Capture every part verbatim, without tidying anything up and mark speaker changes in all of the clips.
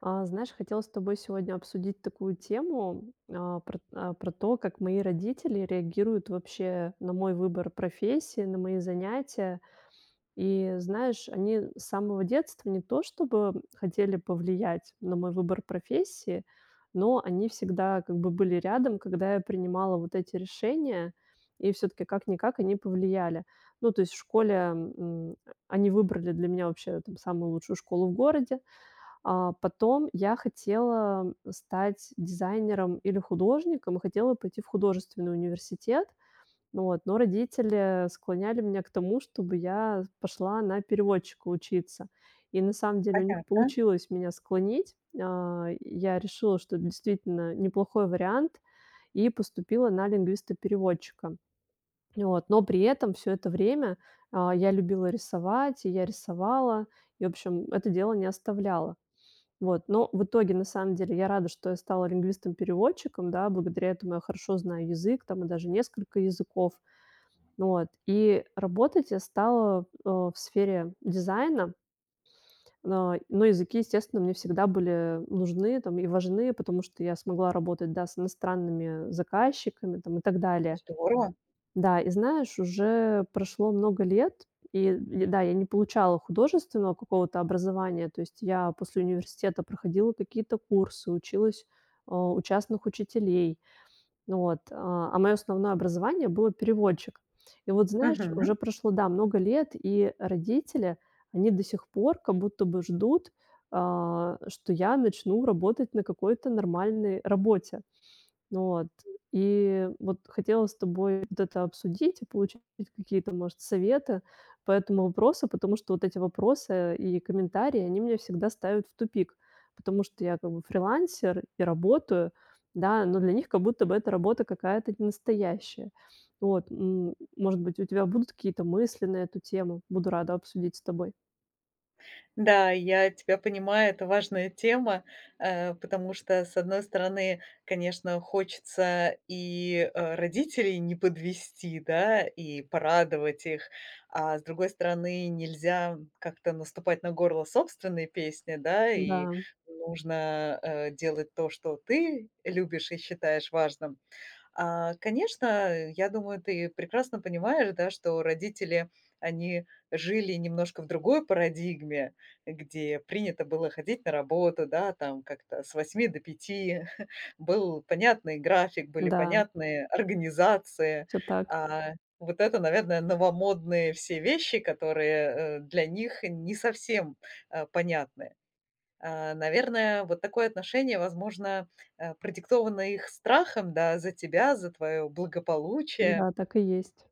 Speaker 1: А, знаешь, хотела с тобой сегодня обсудить такую тему, а, про, а, про то, как мои родители реагируют вообще на мой выбор профессии, на мои занятия. И знаешь, они с самого детства не то чтобы хотели повлиять на мой выбор профессии, но они всегда как бы были рядом, когда я принимала вот эти решения, и все-таки как-никак они повлияли. Ну, то есть в школе м, они выбрали для меня вообще там самую лучшую школу в городе, а потом я хотела стать дизайнером или художником, и хотела пойти в художественный университет. Ну вот, но родители склоняли меня к тому, чтобы я пошла на переводчика учиться. И на самом деле у них
Speaker 2: Понятно.
Speaker 1: получилось меня склонить. А, я решила, что это действительно неплохой вариант, и поступила на лингвиста-переводчика. Вот. Но при этом все это время, а, я любила рисовать, и я рисовала, и, в общем, это дело не оставляла. Вот, но в итоге, на самом деле, я рада, что я стала лингвистом-переводчиком, да, благодаря этому я хорошо знаю язык, там, и даже несколько языков. Ну вот, и работать я стала, э, в сфере дизайна, но но языки, естественно, мне всегда были нужны, там, и важны, потому что я смогла работать, да, с иностранными заказчиками, там, и так далее.
Speaker 2: Здорово.
Speaker 1: Да, и знаешь, уже прошло много лет, и, и да, я не получала художественного какого-то образования, то есть я после университета проходила какие-то курсы, училась э, у частных учителей, ну вот, а а мое основное образование было переводчик. И вот знаешь,
Speaker 2: Мгм.
Speaker 1: уже прошло, да, много лет, и родители, они до сих пор как будто бы ждут, а, что я начну работать на какой-то нормальной работе. Ну вот. И вот хотела с тобой вот это обсудить и получить какие-то, может, советы по этому вопросу, потому что вот эти вопросы и комментарии, они меня всегда ставят в тупик, потому что я как бы фрилансер и работаю, да, но для них как будто бы эта работа какая-то не настоящая. Вот, м, может быть, у тебя будут какие-то мысли на эту тему? Буду рада обсудить с тобой.
Speaker 2: Да, я тебя понимаю, это важная тема, э, потому что, с одной стороны, конечно, хочется и э, родителей не подвести, да, и порадовать их, а с другой стороны, нельзя как-то наступать на горло собственной песни, да, и
Speaker 1: Да,
Speaker 2: нужно э, делать то, что ты любишь и считаешь важным. А, конечно, я думаю, ты прекрасно понимаешь, да, что родители, они жили немножко в другой парадигме, где принято было ходить на работу, да, там как-то с восьми до пяти был понятный график, были
Speaker 1: да,
Speaker 2: понятные организации.
Speaker 1: все так.
Speaker 2: А, вот это, наверное, новомодные все вещи, которые э, для них не совсем э, понятны. А, наверное, вот такое отношение, возможно, э, продиктовано их страхом, да, за тебя, за твое благополучие.
Speaker 1: Да, так и есть.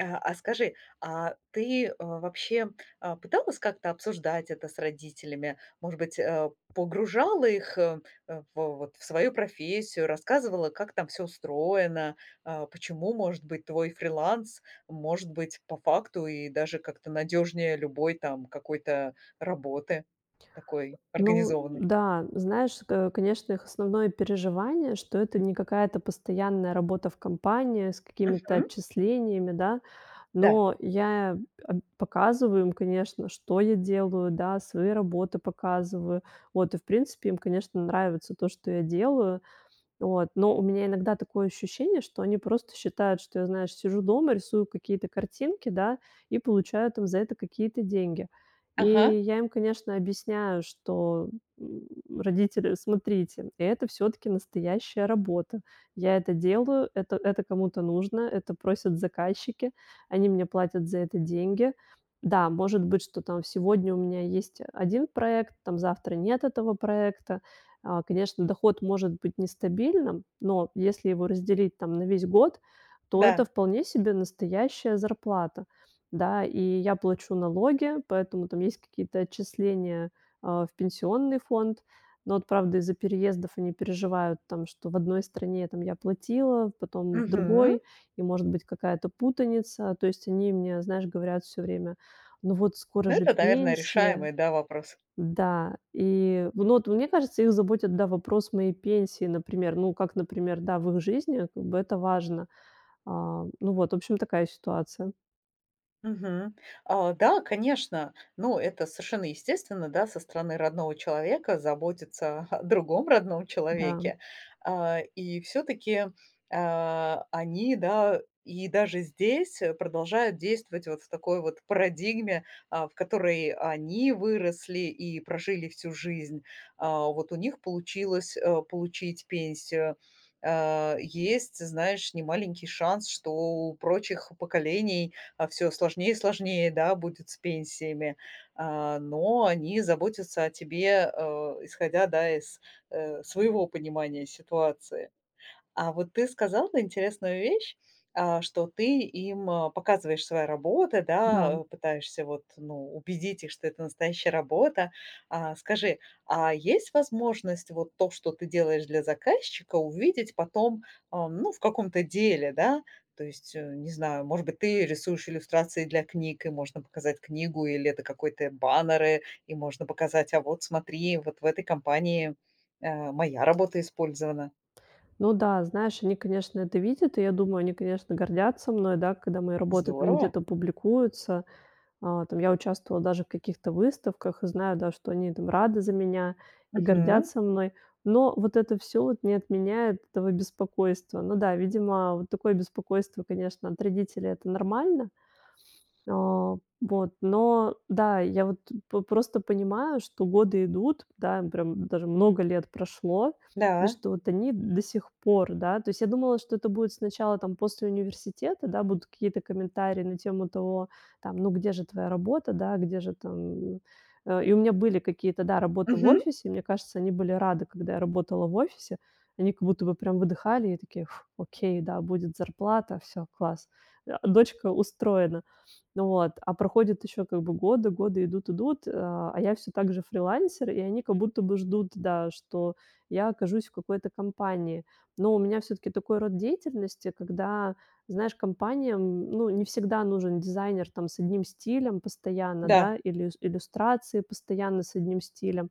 Speaker 2: А, а скажи, а ты, э, вообще, а, пыталась как-то обсуждать это с родителями? Может быть, э, погружала их, э, э, в вот в свою профессию, рассказывала, как там все устроено, а, почему, может быть, твой фриланс может быть по факту и даже как-то надежнее любой там какой-то работы такой
Speaker 1: Ну
Speaker 2: организованной?
Speaker 1: да, знаешь, э, конечно, их основное переживание, что это не какая-то постоянная работа в компании с какими-то
Speaker 2: Мгм.
Speaker 1: отчислениями, да.
Speaker 2: Да.
Speaker 1: Но я об показываю им, конечно, что я делаю, да, свои работы показываю. Вот, и в принципе им, конечно, нравится то, что я делаю. Вот, но у меня иногда такое ощущение, что они просто считают, что я, знаешь, сижу дома, рисую какие-то картинки, да, и получаю там за это какие-то деньги. И
Speaker 2: Ага.
Speaker 1: я им, конечно, объясняю, что м, родители, смотрите, это все-таки настоящая работа. Я это делаю, это, это кому-то нужно, это просят заказчики, они мне платят за это деньги. Да, может быть, что там сегодня у меня есть один проект, там завтра нет этого проекта, а, конечно, доход может быть нестабильным, но если его разделить там на весь год, то это
Speaker 2: Да.
Speaker 1: вполне себе настоящая зарплата. Да, и я плачу налоги, поэтому там есть какие-то отчисления, а, в пенсионный фонд. Но вот, правда, из-за переездов они переживают там, что в одной стране там я платила, потом в
Speaker 2: Мгм.
Speaker 1: другой, и может быть какая-то путаница. То есть они мне, знаешь, говорят все время: "Ну вот скоро
Speaker 2: Ну,
Speaker 1: же
Speaker 2: это, наверное,
Speaker 1: пенсия".
Speaker 2: решаемые, да, вопросы.
Speaker 1: Да, и, ну, вот мне кажется, их заботит, да, вопрос моей пенсии, например. Ну, как, например, да, в их жизни как бы это важно. А, ну вот, в общем, такая ситуация.
Speaker 2: Мгм. А, да, конечно. Ну, это совершенно естественно, да, со стороны родного человека заботиться о другом родном
Speaker 1: Да,
Speaker 2: человеке. А, и все-таки они, да, и даже здесь э, продолжают действовать вот в такой вот парадигме, а, в которой они выросли и прожили всю жизнь. А, вот у них получилось э, получить пенсию. А, Есть, знаешь, немаленький шанс, что у прочих поколений а, всё сложнее и сложнее, да, будет с пенсиями. А, но они заботятся о тебе, э, исходя, да, из, э, своего понимания ситуации. А вот ты сказала интересную вещь, а, что ты им, а, показываешь свои работы,
Speaker 1: да.
Speaker 2: да, э, пытаешься вот, ну, убедить их, что это настоящая работа. А, скажи, а есть возможность вот то, что ты делаешь для заказчика, увидеть потом, а, ну, в каком-то деле, да? То есть, э, не знаю, может быть, ты рисуешь иллюстрации для книг, и можно показать книгу, или это какой-то баннеры, и можно показать: "А вот смотри, вот в этой компании, э, моя работа использована".
Speaker 1: Ну да, знаешь, они, конечно, это видят, и я думаю, они, конечно, гордятся мной, да, когда мои работы там
Speaker 2: Здорово.
Speaker 1: где-то публикуются. А, там я участвовала даже в каких-то выставках и знаю, да, что они там рады за меня и
Speaker 2: Мгм.
Speaker 1: гордятся мной. Но вот это все вот не отменяет этого беспокойства. Ну да, видимо, вот такое беспокойство, конечно, от родителей - это нормально. А, вот, но да, я вот п просто понимаю, что годы идут, да, прям даже много лет прошло, и
Speaker 2: Да.
Speaker 1: что вот они до сих пор, да. То есть я думала, что это будет сначала там после университета, да, будут какие-то комментарии на тему того, там, ну, где же твоя работа, да, где же там. Э, и у меня были какие-то, да, работы в
Speaker 2: Мгм.
Speaker 1: офисе. И мне кажется, они были рады, когда я работала в офисе. Они как будто бы прям выдыхали и такие: "Фу, окей, да, будет зарплата, все, класс". Э, дочка устроена. Ну вот, а проходят еще как бы годы, годы идут, идут, э, а я все так же фрилансер, и они как будто бы ждут, да, что я окажусь в какой-то компании. Но у меня все таки такой род деятельности, когда, знаешь, компаниям, ну, не всегда нужен дизайнер там с одним стилем постоянно,
Speaker 2: Да.
Speaker 1: да, или иллюс- иллюстрации постоянно с одним стилем.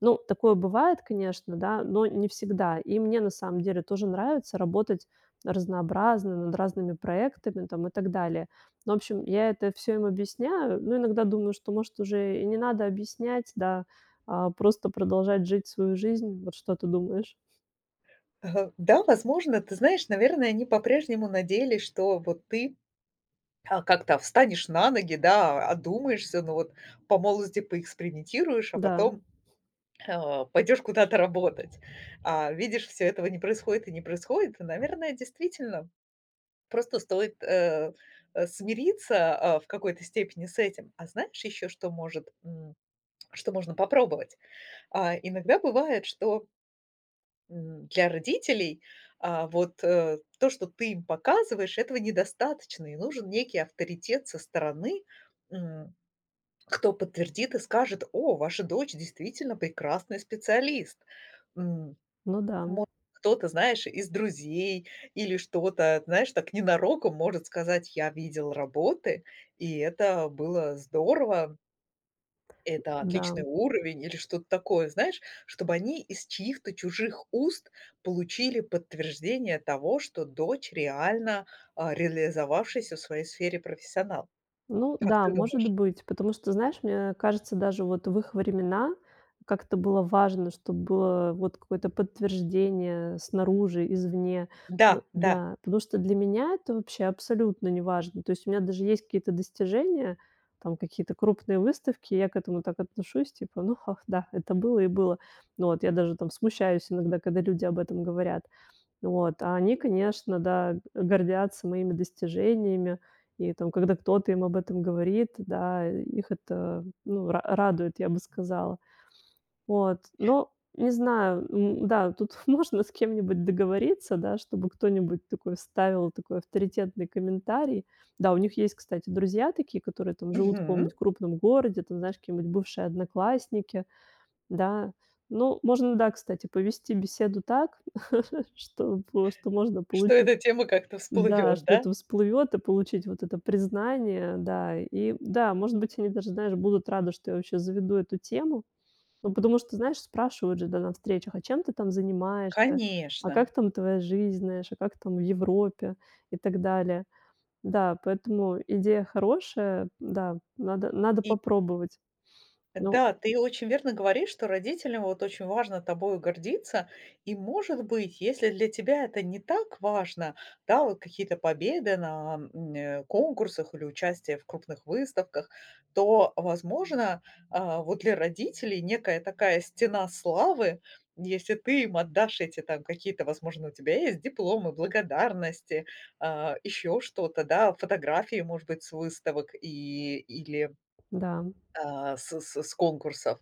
Speaker 1: Ну, такое бывает, конечно, да, но не всегда. И мне на самом деле тоже нравится работать разнообразно, над разными проектами там и так далее. Ну, в общем, я это все им объясняю, но иногда думаю, что, может, уже и не надо объяснять, да, а просто продолжать жить свою жизнь. Вот что ты думаешь?
Speaker 2: Ага. Да, возможно, ты знаешь, наверное, они по-прежнему надеялись, что вот ты, а, как-то встанешь на ноги, да, одумаешься, ну вот по молодости поэкспериментируешь, а
Speaker 1: Да,
Speaker 2: потом, а, пойдешь куда-то работать. А, видишь, всё этого не происходит и не происходит. И, наверное, действительно, просто стоит, э, э, смириться, а, в какой-то степени с этим. А знаешь еще, что может, м, что можно попробовать? А, иногда бывает, что М, для родителей, а, вот, э, то, что ты им показываешь, этого недостаточно, и нужен некий авторитет со стороны, м, кто подтвердит и скажет: "О, ваша дочь действительно прекрасный специалист". М,
Speaker 1: ну да,
Speaker 2: может, кто-то, знаешь, из друзей или что-то, знаешь, так ненароком может сказать: "Я видел работы, и это было здорово". Это
Speaker 1: да.
Speaker 2: отличный уровень или что-то такое, знаешь, чтобы они из чьих-то чужих уст получили подтверждение того, что дочь реально, а, реализовавшийся в своей сфере профессионал.
Speaker 1: Ну
Speaker 2: Как
Speaker 1: да,
Speaker 2: ты
Speaker 1: может
Speaker 2: думаешь?
Speaker 1: быть, потому что, знаешь, мне кажется, даже вот в их времена как-то было важно, чтобы было вот какое-то
Speaker 2: Мгм.
Speaker 1: подтверждение снаружи, извне. Ну
Speaker 2: Да, да.
Speaker 1: да, потому что для меня это вообще абсолютно неважно. То есть у меня даже есть какие-то достижения, там какие-то крупные выставки, я к этому так отношусь, типа, ну ха, да, это было и было. Ну вот я даже там смущаюсь иногда, когда люди об этом говорят. Вот, а они, конечно, да, гордятся моими достижениями. И там, когда кто-то им об этом говорит, да, их это, ну, ра радует, я бы сказала. Вот, но не знаю, м, да, тут можно с кем-нибудь договориться, да, чтобы кто-нибудь такой вставил такой авторитетный комментарий. Да, у них есть, кстати, друзья такие, которые там живут в
Speaker 2: Мгм.
Speaker 1: каком-нибудь крупном городе, там, знаешь, какие-нибудь бывшие одноклассники. Да. Ну, можно, да, кстати, повести беседу так, что по что можно
Speaker 2: Что
Speaker 1: получить,
Speaker 2: эта тема как-то
Speaker 1: да,
Speaker 2: всплывет,
Speaker 1: что
Speaker 2: да?
Speaker 1: это всплывет, и получить вот это признание, да. И да, может быть, они даже, знаешь, будут рады, что я вообще заведу эту тему. Ну, потому что, знаешь, спрашивают же, да, на встречах: "А чем ты там занимаешься? А
Speaker 2: Конечно.
Speaker 1: как там твоя жизнь?" Знаешь, "А как там в Европе?" И так далее. Да, поэтому идея хорошая, да, надо надо
Speaker 2: И
Speaker 1: попробовать. Ну
Speaker 2: Да, ты очень верно говоришь, что родителям вот очень важно тобою гордиться. И, может быть, если для тебя это не так важно, да, вот какие-то победы на м, э, конкурсах или участие в крупных выставках, то, возможно, а, вот для родителей некая такая стена славы, если ты им отдашь эти там какие-то, возможно, у тебя есть дипломы, благодарности, а, еще что-то, да, фотографии, может быть, с выставок и, или
Speaker 1: да.
Speaker 2: а, с с с конкурсов,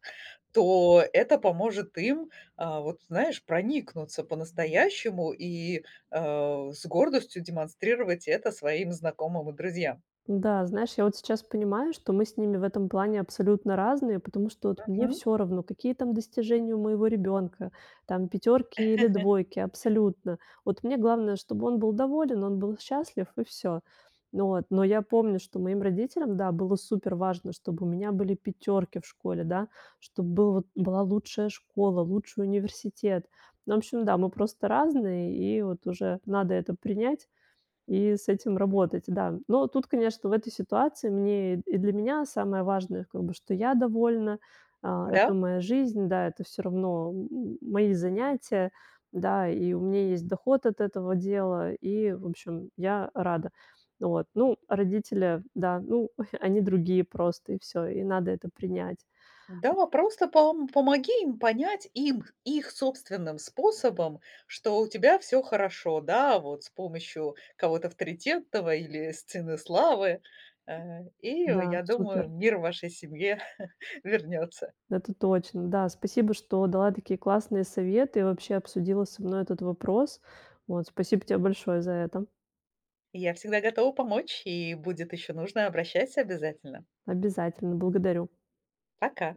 Speaker 2: то это поможет им, а, вот знаешь, проникнуться по-настоящему и, э, с гордостью демонстрировать это своим знакомым и друзьям.
Speaker 1: Да, знаешь, я вот сейчас понимаю, что мы с ними в этом плане абсолютно разные, потому что вот мне
Speaker 2: Мгм.
Speaker 1: все равно, какие там достижения у моего ребенка, там пятерки или двойки, абсолютно. Вот мне главное, чтобы он был доволен, он был счастлив и все. Вот, но я помню, что моим родителям, да, было супер важно, чтобы у меня были пятерки в школе, да, чтобы был вот была лучшая школа, лучший университет. Ну, в общем, да, мы просто разные, и вот уже надо это принять и с этим работать, да. Но тут, конечно, в этой ситуации мне и для меня самое важное, как бы, что я довольна, а, это
Speaker 2: Да,
Speaker 1: моя жизнь, да, это все равно м мои занятия, да, и у меня есть доход от этого дела, и, в общем, я рада. Вот. Ну, родители, да, ну, они другие просто, и все. И надо это принять.
Speaker 2: да, просто пом помоги им понять им их собственным способом, что у тебя все хорошо, да, вот с помощью кого-то авторитетного или сцены славы. Э, и
Speaker 1: Да,
Speaker 2: я думаю,
Speaker 1: супер.
Speaker 2: мир вашей семье вернется.
Speaker 1: Это точно. Да, спасибо, что дала такие классные советы и вообще обсудила со мной этот вопрос. Вот, спасибо тебе большое за это.
Speaker 2: Я всегда готова помочь, и будет еще нужно, обращайся обязательно.
Speaker 1: Обязательно, благодарю.
Speaker 2: Пока.